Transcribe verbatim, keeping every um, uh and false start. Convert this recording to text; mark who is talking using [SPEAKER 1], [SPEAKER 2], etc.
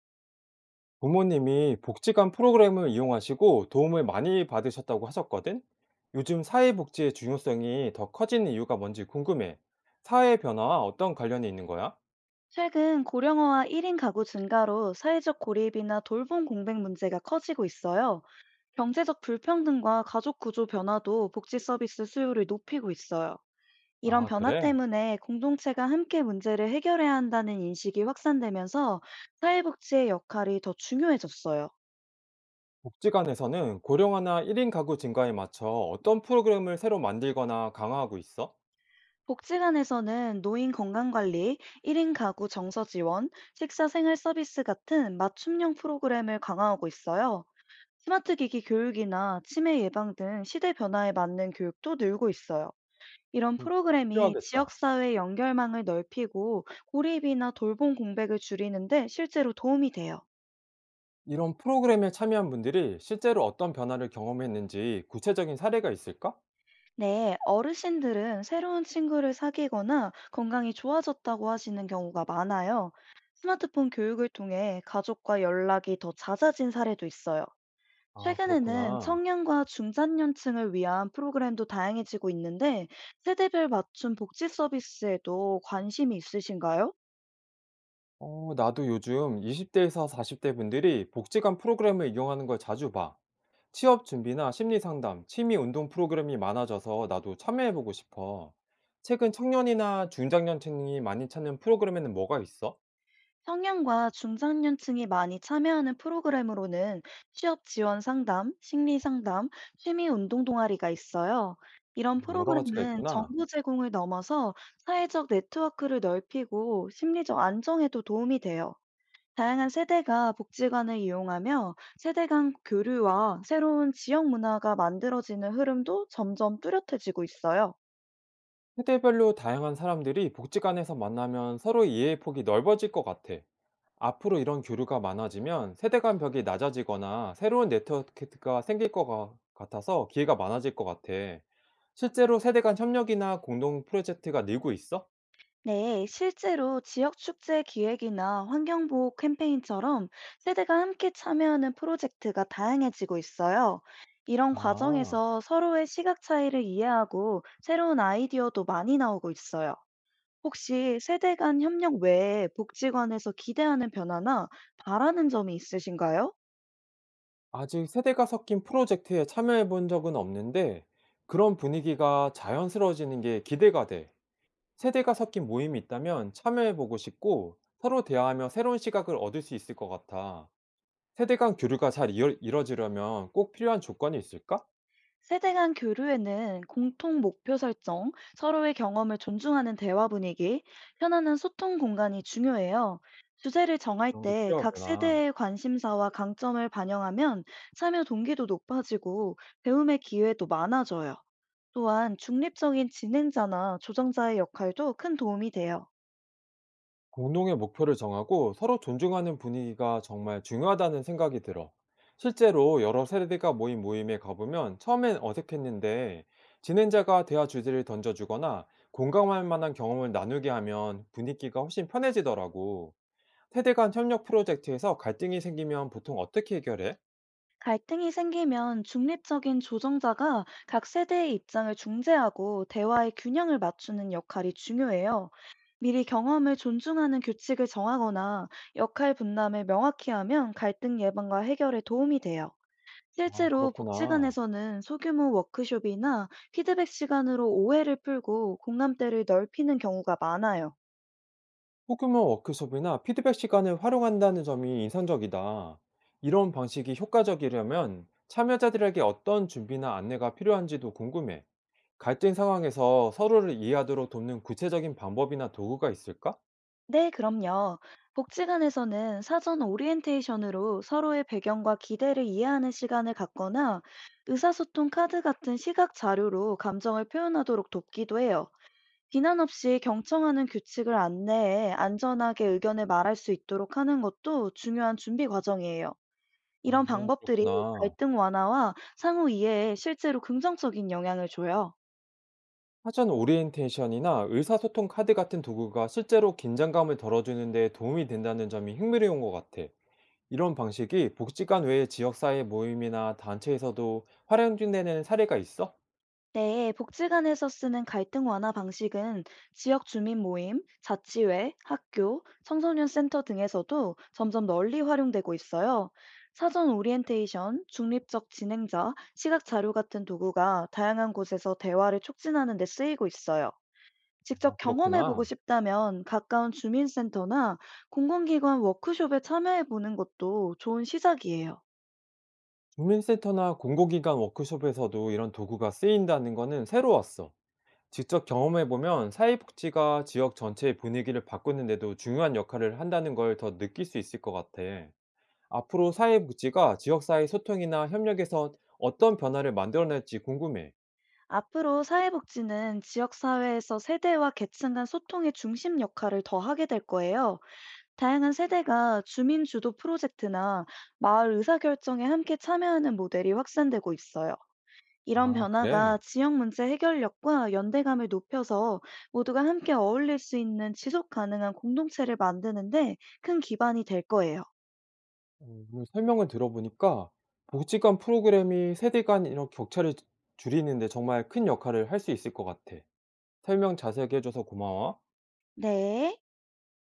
[SPEAKER 1] 부모님이 복지관 프로그램을 이용하시고 도움을 많이 받으셨다고 하셨거든? 요즘 사회복지의 중요성이 더 커진 이유가 뭔지 궁금해. 사회 변화와 어떤 관련이 있는 거야?
[SPEAKER 2] 최근 고령화와 일 인 가구 증가로 사회적 고립이나 돌봄 공백 문제가 커지고 있어요. 경제적 불평등과 가족 구조 변화도 복지 서비스 수요를 높이고 있어요. 이런
[SPEAKER 1] 아,
[SPEAKER 2] 변화
[SPEAKER 1] 그래?
[SPEAKER 2] 때문에 공동체가 함께 문제를 해결해야 한다는 인식이 확산되면서 사회복지의 역할이 더 중요해졌어요.
[SPEAKER 1] 복지관에서는 고령화나 일 인 가구 증가에 맞춰 어떤 프로그램을 새로 만들거나 강화하고 있어?
[SPEAKER 2] 복지관에서는 노인 건강관리, 일 인 가구 정서 지원, 식사 생활 서비스 같은 맞춤형 프로그램을 강화하고 있어요. 스마트 기기 교육이나 치매 예방 등 시대 변화에 맞는 교육도 늘고 있어요. 이런
[SPEAKER 1] 그 거 꼭
[SPEAKER 2] 프로그램이
[SPEAKER 1] 필요하겠다.
[SPEAKER 2] 지역사회 연결망을 넓히고 고립이나 돌봄 공백을 줄이는데 실제로 도움이 돼요.
[SPEAKER 1] 이런 프로그램에 참여한 분들이 실제로 어떤 변화를 경험했는지 구체적인 사례가 있을까?
[SPEAKER 2] 네, 어르신들은 새로운 친구를 사귀거나 건강이 좋아졌다고 하시는 경우가 많아요. 스마트폰 교육을 통해 가족과 연락이 더 잦아진 사례도 있어요.
[SPEAKER 1] 아,
[SPEAKER 2] 최근에는
[SPEAKER 1] 그렇구나.
[SPEAKER 2] 청년과 중장년층을 위한 프로그램도 다양해지고 있는데, 세대별 맞춤 복지 서비스에도 관심이 있으신가요?
[SPEAKER 1] 어, 나도 요즘 이십 대에서 사십 대 분들이 복지관 프로그램을 이용하는 걸 자주 봐. 취업 준비나 심리 상담, 취미 운동 프로그램이 많아져서 나도 참여해보고 싶어. 최근 청년이나 중장년층이 많이 찾는 프로그램에는 뭐가 있어?
[SPEAKER 2] 청년과 중장년층이 많이 참여하는 프로그램으로는 취업 지원 상담, 심리 상담, 취미 운동 동아리가 있어요. 이런 음.
[SPEAKER 1] 아, 여러 가지가
[SPEAKER 2] 프로그램은
[SPEAKER 1] 있구나.
[SPEAKER 2] 정보 제공을 넘어서 사회적 네트워크를 넓히고 심리적 안정에도 도움이 돼요. 다양한 세대가 복지관을 이용하며 세대 간 교류와 새로운 지역 문화가 만들어지는 흐름도 점점 뚜렷해지고 있어요.
[SPEAKER 1] 세대별로 다양한 사람들이 복지관에서 만나면 서로 이해의 폭이 넓어질 것 같아. 앞으로 이런 교류가 많아지면 세대 간 벽이 낮아지거나 새로운 네트워크가 생길 것 같- 같아서 기회가 많아질 것 같아. 실제로 세대 간 협력이나 공동 프로젝트가 늘고 있어?
[SPEAKER 2] 네, 실제로 지역 축제 기획이나 환경보호 캠페인처럼 세대가 함께 참여하는 프로젝트가 다양해지고 있어요. 이런
[SPEAKER 1] 아,
[SPEAKER 2] 과정에서 서로의 시각 차이를 이해하고 새로운 아이디어도 많이 나오고 있어요. 혹시 세대 간 협력 외에 복지관에서 기대하는 변화나 바라는 점이 있으신가요?
[SPEAKER 1] 아직 세대가 섞인 프로젝트에 참여해 본 적은 없는데 그런 분위기가 자연스러워지는 게 기대가 돼. 세대가 섞인 모임이 있다면 참여해 보고 싶고 서로 대화하며 새로운 시각을 얻을 수 있을 것 같아. 세대 간 교류가 잘 이어, 이뤄지려면 꼭 필요한 조건이 있을까?
[SPEAKER 2] 세대 간 교류에는 공통 목표 설정, 서로의 경험을 존중하는 대화 분위기, 편안한 소통 공간이 중요해요. 주제를 정할
[SPEAKER 1] 그런 게
[SPEAKER 2] 때 각
[SPEAKER 1] 필요하구나.
[SPEAKER 2] 세대의 관심사와 강점을 반영하면 참여 동기도 높아지고 배움의 기회도 많아져요. 또한 중립적인 진행자나 조정자의 역할도 큰 도움이 돼요.
[SPEAKER 1] 공동의 목표를 정하고 서로 존중하는 분위기가 정말 중요하다는 생각이 들어. 실제로 여러 세대가 모인 모임에 가보면 처음엔 어색했는데 진행자가 대화 주제를 던져주거나 공감할 만한 경험을 나누게 하면 분위기가 훨씬 편해지더라고. 세대 간 협력 프로젝트에서 갈등이 생기면 보통 어떻게 해결해?
[SPEAKER 2] 갈등이 생기면 중립적인 조정자가 각 세대의 입장을 중재하고 대화의 균형을 맞추는 역할이 중요해요. 미리 경험을 존중하는 규칙을 정하거나 역할 분담을 명확히 하면 갈등 예방과 해결에 도움이 돼요.
[SPEAKER 1] 아,
[SPEAKER 2] 실제로
[SPEAKER 1] 그렇구나.
[SPEAKER 2] 복지관에서는 소규모 워크숍이나 피드백 시간으로 오해를 풀고 공감대를 넓히는 경우가 많아요.
[SPEAKER 1] 소규모 워크숍이나 피드백 시간을 활용한다는 점이 인상적이다. 이런 방식이 효과적이려면 참여자들에게 어떤 준비나 안내가 필요한지도 궁금해. 갈등 상황에서 서로를 이해하도록 돕는 구체적인 방법이나 도구가 있을까?
[SPEAKER 2] 네, 그럼요. 복지관에서는 사전 오리엔테이션으로 서로의 배경과 기대를 이해하는 시간을 갖거나 의사소통 카드 같은 시각 자료로 감정을 표현하도록 돕기도 해요. 비난 없이 경청하는 규칙을 안내해 안전하게 의견을 말할 수 있도록 하는 것도 중요한 준비 과정이에요. 이런
[SPEAKER 1] 어,
[SPEAKER 2] 방법들이
[SPEAKER 1] 그렇구나.
[SPEAKER 2] 갈등 완화와 상호 이해에 실제로 긍정적인 영향을 줘요.
[SPEAKER 1] 사전 오리엔테이션이나 의사소통 카드 같은 도구가 실제로 긴장감을 덜어주는 데 도움이 된다는 점이 흥미로운 것 같아. 이런 방식이 복지관 외의 지역사회 모임이나 단체에서도 활용되는 사례가 있어?
[SPEAKER 2] 네, 복지관에서 쓰는 갈등 완화 방식은 지역 주민 모임, 자치회, 학교, 청소년 센터 등에서도 점점 널리 활용되고 있어요. 사전 오리엔테이션, 중립적 진행자, 시각 자료 같은 도구가 다양한 곳에서 대화를 촉진하는 데 쓰이고 있어요.
[SPEAKER 1] 아,
[SPEAKER 2] 직접 경험해보고
[SPEAKER 1] 그렇구나.
[SPEAKER 2] 싶다면 가까운 주민센터나 공공기관 워크숍에 참여해보는 것도 좋은 시작이에요.
[SPEAKER 1] 주민센터나 공공기관 워크숍에서도 이런 도구가 쓰인다는 거는 새로웠어. 직접 경험해보면 사회복지가 지역 전체의 분위기를 바꾸는데도 중요한 역할을 한다는 걸 더 느낄 수 있을 것 같아. 앞으로 사회복지가 지역사회 소통이나 협력에서 어떤 변화를 만들어낼지 궁금해.
[SPEAKER 2] 앞으로 사회복지는 지역사회에서 세대와 계층 간 소통의 중심 역할을 더 하게 될 거예요. 다양한 세대가 주민 주도 프로젝트나 마을 의사결정에 함께 참여하는 모델이 확산되고 있어요. 이런
[SPEAKER 1] 아,
[SPEAKER 2] 변화가
[SPEAKER 1] 그래?
[SPEAKER 2] 지역 문제 해결력과 연대감을 높여서 모두가 함께 어울릴 수 있는 지속 가능한 공동체를 만드는데 큰 기반이 될 거예요.
[SPEAKER 1] 어, 오늘 설명을 들어보니까 복지관 프로그램이 세대 간 이런 격차를 주- 줄이는데 정말 큰 역할을 할 수 있을 것 같아. 설명 자세하게 해줘서 고마워.
[SPEAKER 2] 네.